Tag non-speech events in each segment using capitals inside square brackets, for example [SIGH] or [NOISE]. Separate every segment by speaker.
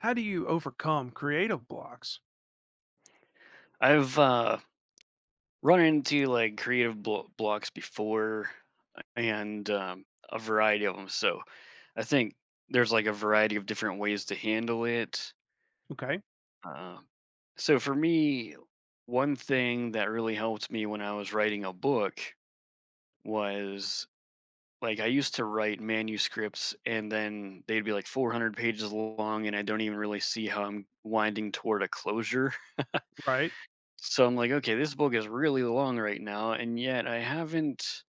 Speaker 1: How do you overcome creative blocks?
Speaker 2: I've Run into like creative blocks before, and a variety of them. So I think there's like a variety of different ways to handle it.
Speaker 1: Okay,
Speaker 2: Uh, so for me, one thing that really helped me when I was writing a book was like I used to write manuscripts, and then they'd be like 400 pages long, and I don't even really see how I'm winding toward a closure.
Speaker 1: right,
Speaker 2: So I'm like, okay, this book is really long right now, and yet I haven't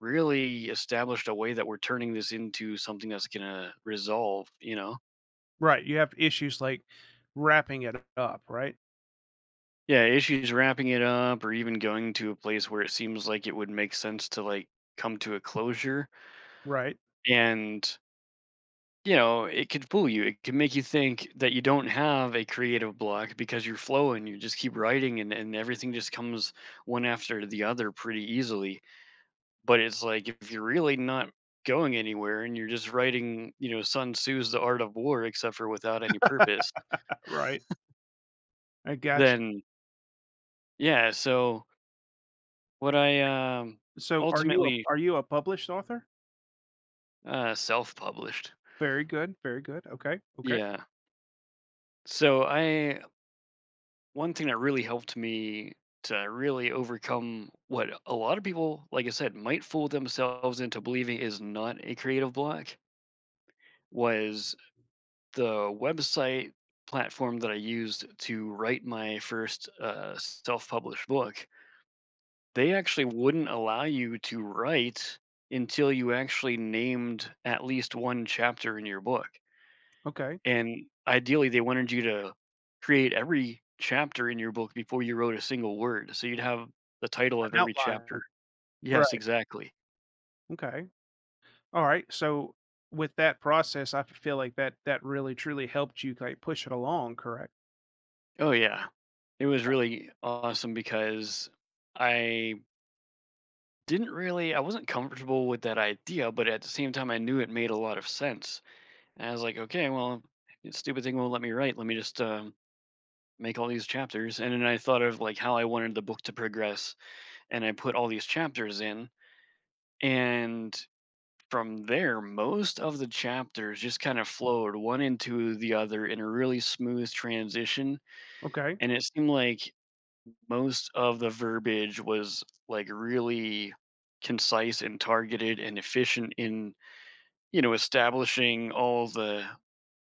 Speaker 2: really established a way that we're turning this into something that's gonna resolve,
Speaker 1: right. You have issues like wrapping it up, right,
Speaker 2: Yeah, issues wrapping it up or even going to a place where it seems like it would make sense to like come to a closure.
Speaker 1: right,
Speaker 2: And, you know, it could fool you. It can make you think that you don't have a creative block because you're flowing, you just keep writing and everything just comes one after the other pretty easily. But it's like if you're really not going anywhere and you're just writing, you know, Sun Tzu's The Art of War except for without any purpose,
Speaker 1: right. I got you.
Speaker 2: then yeah, so what I, um,
Speaker 1: So,
Speaker 2: ultimately,
Speaker 1: are you a published author?
Speaker 2: self-published.
Speaker 1: Very good, very good. Okay, okay,
Speaker 2: Yeah. So I one thing that really helped me to really overcome what a lot of people, like I said, might fool themselves into believing is not a creative block was the website platform that I used to write my first self published book, they actually wouldn't allow you to write until you actually named at least one chapter in your book.
Speaker 1: okay.
Speaker 2: And ideally, they wanted you to create every chapter in your book before you wrote a single word. So you'd have the title of
Speaker 1: An
Speaker 2: every
Speaker 1: outline,
Speaker 2: chapter. Yes,
Speaker 1: right?
Speaker 2: exactly.
Speaker 1: Okay, all right. So, with that process, I feel like that really truly helped you like push it along. Correct.
Speaker 2: Oh, yeah. It was really awesome because I Didn't really I wasn't comfortable with that idea, but at the same time, I knew it made a lot of sense. And I was like, okay, well, this stupid thing won't let me write. Let me just make all these chapters. And then I thought of like how I wanted the book to progress, and I put all these chapters in. And from there, most of the chapters just kind of flowed one into the other in a really smooth transition.
Speaker 1: Okay.
Speaker 2: And it seemed like most of the verbiage was like really concise and targeted and efficient in you know, establishing all the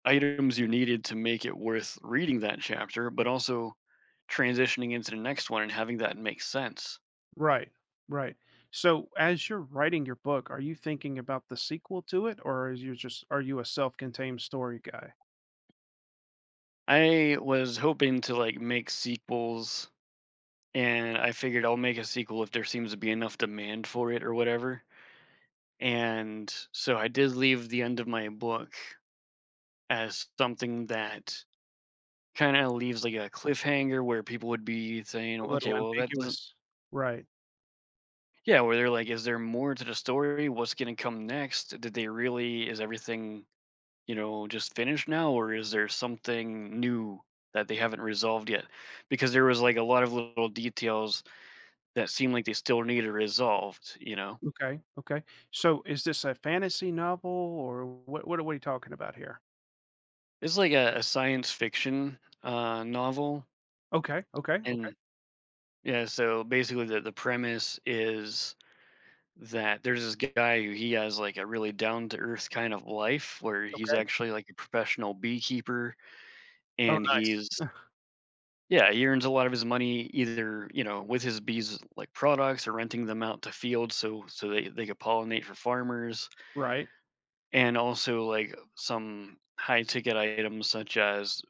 Speaker 2: items you needed to make it worth reading that chapter, but also transitioning into the next one and having that make sense.
Speaker 1: Right, right. So as you're writing your book, are you thinking about the sequel to it, or is you just are you a self-contained story guy?
Speaker 2: I was hoping to like make sequels, and I figured I'll make a sequel if there seems to be enough demand for it or whatever. And so I did leave the end of my book as something that kind of leaves like a cliffhanger where people would be saying,
Speaker 1: A
Speaker 2: okay,
Speaker 1: little
Speaker 2: well, that doesn't
Speaker 1: ambiguous. Right.
Speaker 2: Yeah, where they're like, is there more to the story? What's gonna come next? Did they really Is everything, you know, just finished now, or is there something new that they haven't resolved yet? Because there was like a lot of little details that seem like they still need to resolved, you know?
Speaker 1: Okay. Okay. So is this a fantasy novel, or what? What are we talking about here?
Speaker 2: It's like a science fiction novel.
Speaker 1: Okay. Okay. Okay.
Speaker 2: And yeah, so basically the premise is that there's this guy who he has like a really down to earth kind of life where he's
Speaker 1: Okay.
Speaker 2: actually like a professional beekeeper,
Speaker 1: Oh,
Speaker 2: and
Speaker 1: nice.
Speaker 2: he's yeah he earns a lot of his money either you know with his bees like products or renting them out to fields so so they could pollinate for farmers,
Speaker 1: Right.
Speaker 2: and also like some high ticket items such as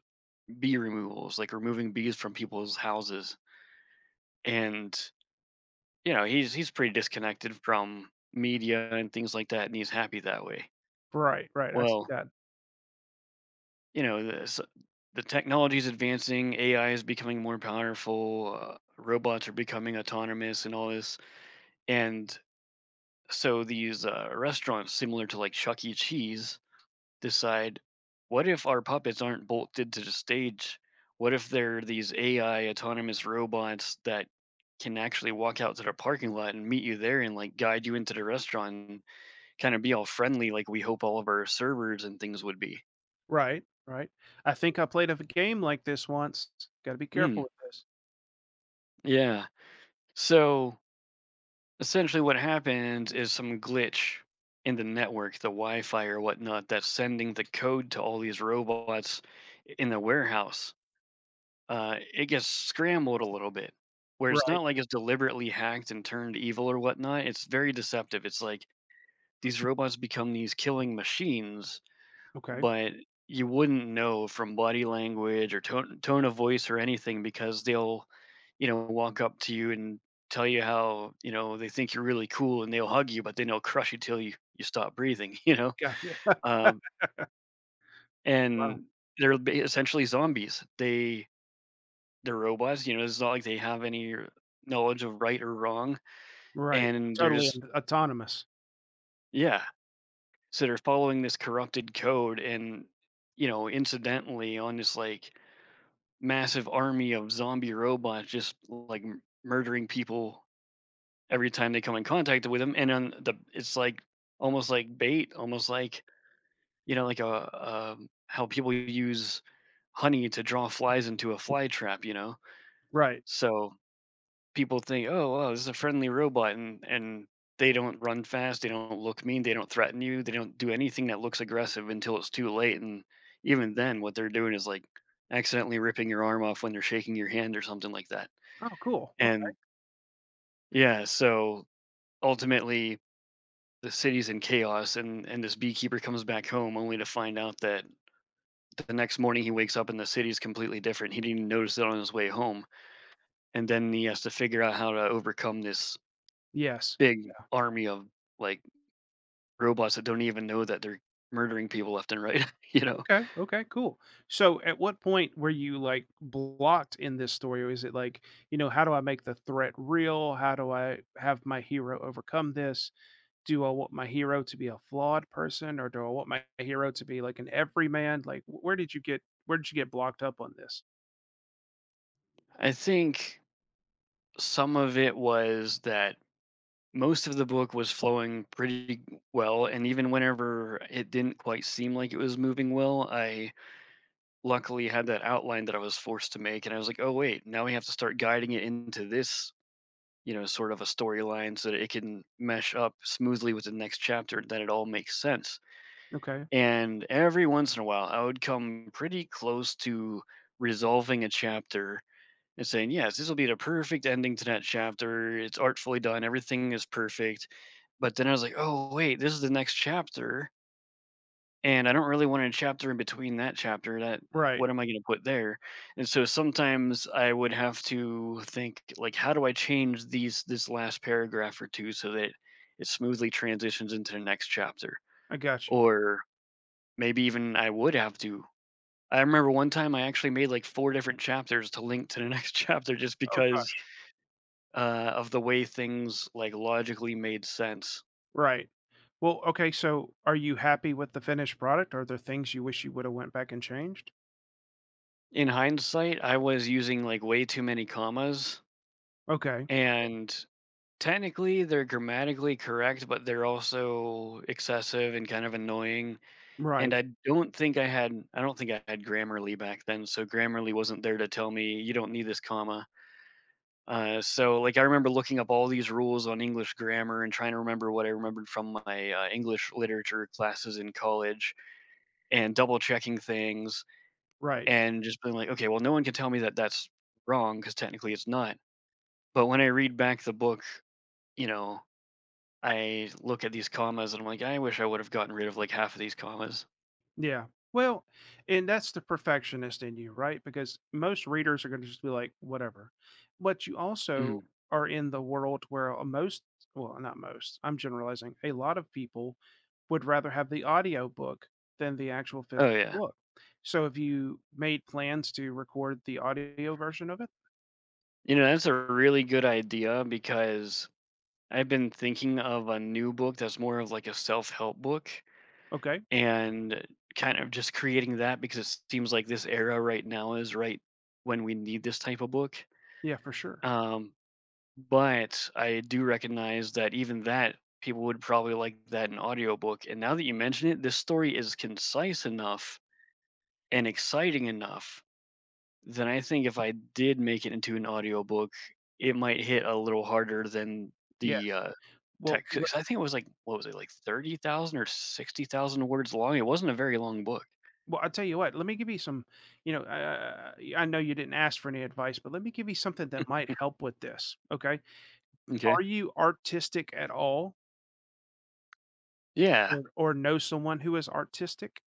Speaker 2: bee removals like removing bees from people's houses, and you know he's pretty disconnected from media and things like that and he's happy that way.
Speaker 1: Right. Right. I see
Speaker 2: Well,
Speaker 1: that.
Speaker 2: you know, the technology is advancing, AI is becoming more powerful, robots are becoming autonomous and all this. And so these restaurants similar to like Chuck E. Cheese decide, what if our puppets aren't bolted to the stage? What if they're these AI autonomous robots that can actually walk out to the parking lot and meet you there and like guide you into the restaurant and kind of be all friendly like we hope all of our servers and things would be.
Speaker 1: Right. Right. I think I played a game like this once. Got to be careful
Speaker 2: Mm,
Speaker 1: with this.
Speaker 2: yeah. So essentially, what happens is some glitch in the network, the Wi Fi or whatnot, that's sending the code to all these robots in the warehouse. It gets scrambled a little bit, where it's
Speaker 1: Right.
Speaker 2: not like it's deliberately hacked and turned evil or whatnot. It's very deceptive. It's like these robots become these killing machines,
Speaker 1: Okay.
Speaker 2: but you wouldn't know from body language or tone of voice or anything because they'll, you know, walk up to you and tell you how, you know, they think you're really cool and they'll hug you, but then they'll crush you till you stop breathing, [LAUGHS] you know?
Speaker 1: Gotcha. [LAUGHS]
Speaker 2: Um,
Speaker 1: Wow.
Speaker 2: and they're essentially zombies. They're robots, you know, it's not like they have any knowledge of right or wrong.
Speaker 1: Right.
Speaker 2: And they're
Speaker 1: Totally
Speaker 2: just,
Speaker 1: autonomous.
Speaker 2: yeah. So they're following this corrupted code and, you know, incidentally on this like massive army of zombie robots just like murdering people every time they come in contact with them and on the it's like almost like bait almost like you know like a how people use honey to draw flies into a fly trap, you know.
Speaker 1: Right.
Speaker 2: So people think oh wow this is a friendly robot and they don't run fast they don't look mean they don't threaten you they don't do anything that looks aggressive until it's too late, and even then what they're doing is like accidentally ripping your arm off when they're shaking your hand or something like that.
Speaker 1: Oh, cool. Okay.
Speaker 2: And yeah, so ultimately the city's in chaos and this beekeeper comes back home only to find out that the next morning he wakes up and the city's completely different. He didn't even notice it on his way home. And then he has to figure out how to overcome this
Speaker 1: Yes.
Speaker 2: big army of like robots that don't even know that they're murdering people left and right, [LAUGHS] you know.
Speaker 1: Okay. Okay. Cool. So, at what point were you like blocked in this story, or is it like, you know, how do I make the threat real? How do I have my hero overcome this? Do I want my hero to be a flawed person, or do I want my hero to be like an everyman? Like, where did you get blocked up on this?
Speaker 2: I think some of it was that most of the book was flowing pretty well and even whenever it didn't quite seem like it was moving well, I luckily had that outline that I was forced to make, and I was like, "Oh wait, now we have to start guiding it into this, you know, sort of a storyline so that it can mesh up smoothly with the next chapter, that it all makes sense."
Speaker 1: Okay.
Speaker 2: And every once in a while, I would come pretty close to resolving a chapter and saying, "Yes, this will be the perfect ending to that chapter. It's artfully done. Everything is perfect." But then I was like, "Oh wait, this is the next chapter." And I don't really want a chapter in between that chapter that
Speaker 1: Right.
Speaker 2: what am I gonna put there? And so sometimes I would have to think like how do I change these this last paragraph or two so that it smoothly transitions into the next chapter?
Speaker 1: I got you.
Speaker 2: Or maybe even I would have to I remember one time I actually made like four different chapters to link to the next [LAUGHS] chapter just
Speaker 1: Oh
Speaker 2: because,
Speaker 1: gosh.
Speaker 2: of the way things like logically made sense.
Speaker 1: Right. Well, okay. So, are you happy with the finished product? Are there things you wish you would have went back and changed?
Speaker 2: In hindsight, I was using like way too many commas,
Speaker 1: Okay.
Speaker 2: and technically, they're grammatically correct, but they're also excessive and kind of annoying, and
Speaker 1: Right.
Speaker 2: I don't think I had Grammarly back then, so Grammarly wasn't there to tell me, "You don't need this comma." I remember looking up all these rules on English grammar and trying to remember what I remembered from my, English literature classes in college and double-checking things
Speaker 1: Right.
Speaker 2: and just being like, "Okay, well, no one can tell me that that's wrong because technically it's not." But when I read back the book, you know, I look at these commas and I'm like, I wish I would have gotten rid of like half of these commas.
Speaker 1: Yeah. Well, and that's the perfectionist in you, right? Because most readers are going to just be like, whatever. But you also
Speaker 2: Mm.
Speaker 1: are in the world where a most, well, not most, I'm generalizing, a lot of people would rather have the audio book than the actual
Speaker 2: Oh
Speaker 1: physical
Speaker 2: yeah.
Speaker 1: book. So if you made plans to record the audio version of it,
Speaker 2: You know, that's a really good idea because I've been thinking of a new book that's more of like a self-help book
Speaker 1: okay.
Speaker 2: and kind of just creating that because it seems like this era right now is right when we need this type of book.
Speaker 1: Yeah, for sure.
Speaker 2: Um, but I do recognize that even that people would probably like that in audiobook. And now that you mention it, this story is concise enough and exciting enough then I think if I did make it into an audiobook, it might hit a little harder than the
Speaker 1: Yes. Well,
Speaker 2: text. 'Cause I think it was like what was it like 30,000 or 60,000 words long. It wasn't a very long book.
Speaker 1: well, I'll tell you what, let me give you some, you know, I know you didn't ask for any advice, but let me give you something that might help with this. Okay.
Speaker 2: Okay.
Speaker 1: Are you artistic at all
Speaker 2: Yeah.
Speaker 1: or know someone who is artistic?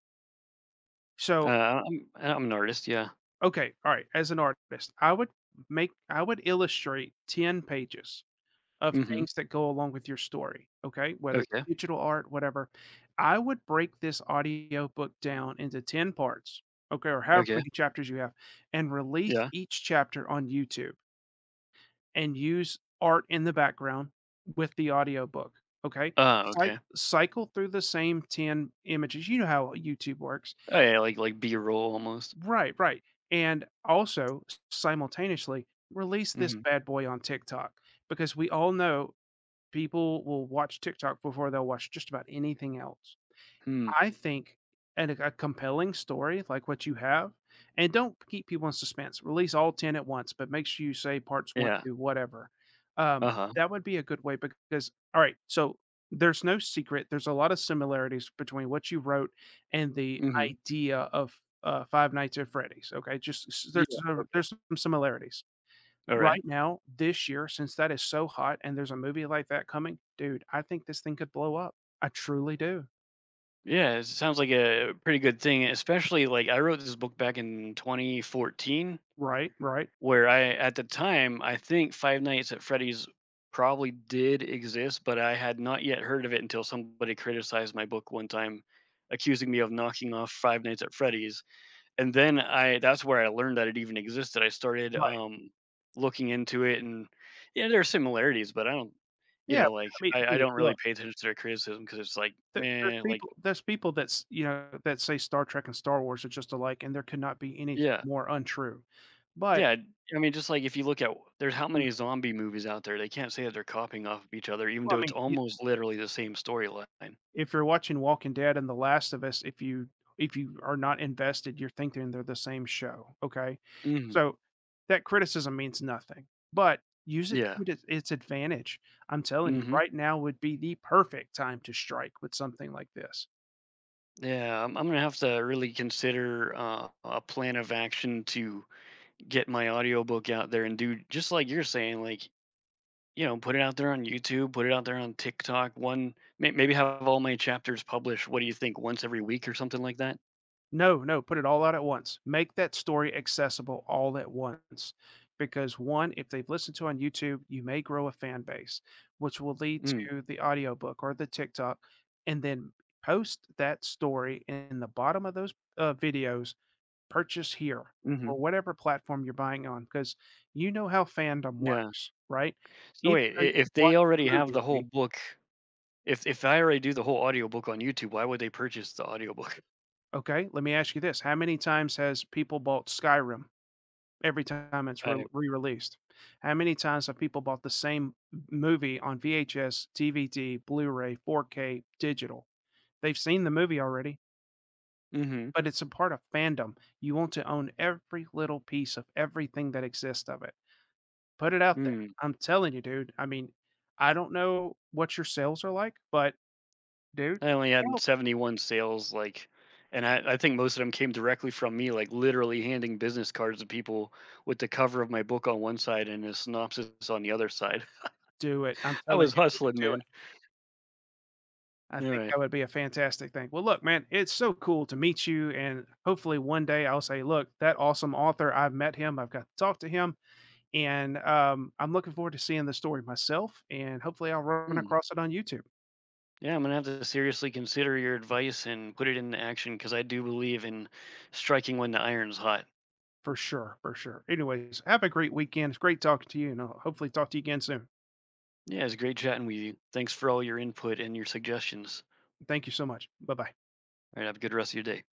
Speaker 1: So,
Speaker 2: I'm an artist. Yeah.
Speaker 1: okay. All right. As an artist, I would I would illustrate 10 pages of
Speaker 2: Mm-hmm.
Speaker 1: things that go along with your story. Okay. Whether it's
Speaker 2: Okay.
Speaker 1: digital art, whatever. I would break this audio book down into 10 parts. Okay. Or however
Speaker 2: Okay.
Speaker 1: many chapters you have and release
Speaker 2: Yeah.
Speaker 1: each chapter on YouTube and use art in the background with the audiobook, okay? Cy
Speaker 2: Okay.
Speaker 1: cycle through the same 10 images, you know how YouTube works.
Speaker 2: Oh yeah. Like B roll almost.
Speaker 1: Right, right, and also, simultaneously, release this
Speaker 2: Mm-hmm.
Speaker 1: bad boy on TikTok, because we all know people will watch TikTok before they'll watch just about anything else.
Speaker 2: Hmm.
Speaker 1: I think and a compelling story like what you have, and don't keep people in suspense. Release all 10 at once, but make sure you say parts 1
Speaker 2: Yeah.
Speaker 1: through whatever.
Speaker 2: Uh huh.
Speaker 1: That would be a good way because all right, so there's no secret. There's a lot of similarities between what you wrote and the
Speaker 2: Mm-hmm.
Speaker 1: idea of, Five Nights at Freddy's, okay? Just s there's
Speaker 2: Yeah.
Speaker 1: some
Speaker 2: Okay.
Speaker 1: there's some similarities.
Speaker 2: All right.
Speaker 1: Right now, this year, since that is so hot and there's a movie like that coming, dude, I think this thing could blow up. I truly do.
Speaker 2: Yeah, it sounds like a pretty good thing, especially like I wrote this book back in 2014.
Speaker 1: Right, right.
Speaker 2: Where I At the time, I think Five Nights at Freddy's probably did exist, but I had not yet heard of it until somebody criticized my book one time, accusing me of knocking off Five Nights at Freddy's. And then I that's where I learned that it even existed. I started,
Speaker 1: Right.
Speaker 2: looking into it and, yeah, there are similarities, but I don't you
Speaker 1: Yeah,
Speaker 2: know, like,
Speaker 1: I mean,
Speaker 2: I
Speaker 1: dude,
Speaker 2: don't really
Speaker 1: look,
Speaker 2: pay attention to their criticism because it's like,
Speaker 1: there there's
Speaker 2: man, like
Speaker 1: people there's people that's you know, that say Star Trek and Star Wars are just alike, and there could not be anything
Speaker 2: yeah.
Speaker 1: more untrue. But,
Speaker 2: Yeah, I mean, just like if you look at there's how
Speaker 1: mhm,
Speaker 2: many zombie movies out there, they can't say that they're copying off of each other, even
Speaker 1: well, I
Speaker 2: though it's
Speaker 1: mean, you
Speaker 2: almost literally the same storyline.
Speaker 1: if you're watching Walking Dead and The Last of Us, if you are not invested, you're thinking they're the same show, okay?
Speaker 2: Mhm.
Speaker 1: So, that criticism means nothing, but use it
Speaker 2: Yeah.
Speaker 1: to its advantage. I'm telling you,
Speaker 2: Mhm.
Speaker 1: right now would be the perfect time to strike with something like this.
Speaker 2: Yeah, I'm gonna have to really consider a plan of action to get my audiobook out there and do just like you're saying, like you know, put it out there on YouTube, put it out there on TikTok. Maybe have all my chapters published. What do you think? Once every week or something like that.
Speaker 1: No, no, put it all out at once. Make that story accessible all at once. Because one, if they've listened to on YouTube, you may grow a fan base, which will lead
Speaker 2: Mm,
Speaker 1: to the audiobook or the TikTok. And then post that story in the bottom of those videos, purchase here or
Speaker 2: hmm.
Speaker 1: whatever platform you're buying on, because you know how fandom
Speaker 2: Yeah.
Speaker 1: works, right?
Speaker 2: So
Speaker 1: Even
Speaker 2: wait,
Speaker 1: though you
Speaker 2: if they
Speaker 1: watch
Speaker 2: already have
Speaker 1: the
Speaker 2: the whole
Speaker 1: movie,
Speaker 2: book if I already do the whole audiobook on YouTube, why would they purchase the audiobook?
Speaker 1: okay, let me ask you this. How many times has people bought Skyrim? Every time
Speaker 2: [LAUGHS]
Speaker 1: it's re
Speaker 2: I
Speaker 1: re-released. How many times have people bought the same movie on VHS, DVD, Blu-ray, 4K, digital? They've seen the movie already,
Speaker 2: mm mhm,
Speaker 1: but it's a part of fandom. You want to own every little piece of everything that exists of it. Put it out there.
Speaker 2: mm.
Speaker 1: I'm telling you, dude. I mean, I don't know what your sales are like, but dude,
Speaker 2: I
Speaker 1: it
Speaker 2: only
Speaker 1: can
Speaker 2: had
Speaker 1: help.
Speaker 2: 71 sales, like and I think most of them came directly from me, like, literally handing business cards to people with the cover of my book on one side and a synopsis on the other side.
Speaker 1: Do it. I'm
Speaker 2: [LAUGHS] I
Speaker 1: telling
Speaker 2: was
Speaker 1: you, dude,
Speaker 2: hustling,
Speaker 1: do it.
Speaker 2: man.
Speaker 1: I think
Speaker 2: Alright.
Speaker 1: that would be a fantastic thing. Well, look, man, it's so cool to meet you. And hopefully one day I'll say, look, that awesome author, I've met him, I've got to talk to him. And I'm looking forward to seeing the story myself. And hopefully I'll run
Speaker 2: Mm.
Speaker 1: across it on YouTube
Speaker 2: Yeah, I'm gonna have to seriously consider your advice and put it into action because I do believe in striking when the iron's hot.
Speaker 1: for sure. For sure. Anyways, have a great weekend. It's great talking to you. And I'll hopefully talk to you again soon.
Speaker 2: Yeah, it's great chatting with you. Thanks for all your input and your suggestions.
Speaker 1: Thank you so much. Bye bye.
Speaker 2: Alright, have a good rest of your day.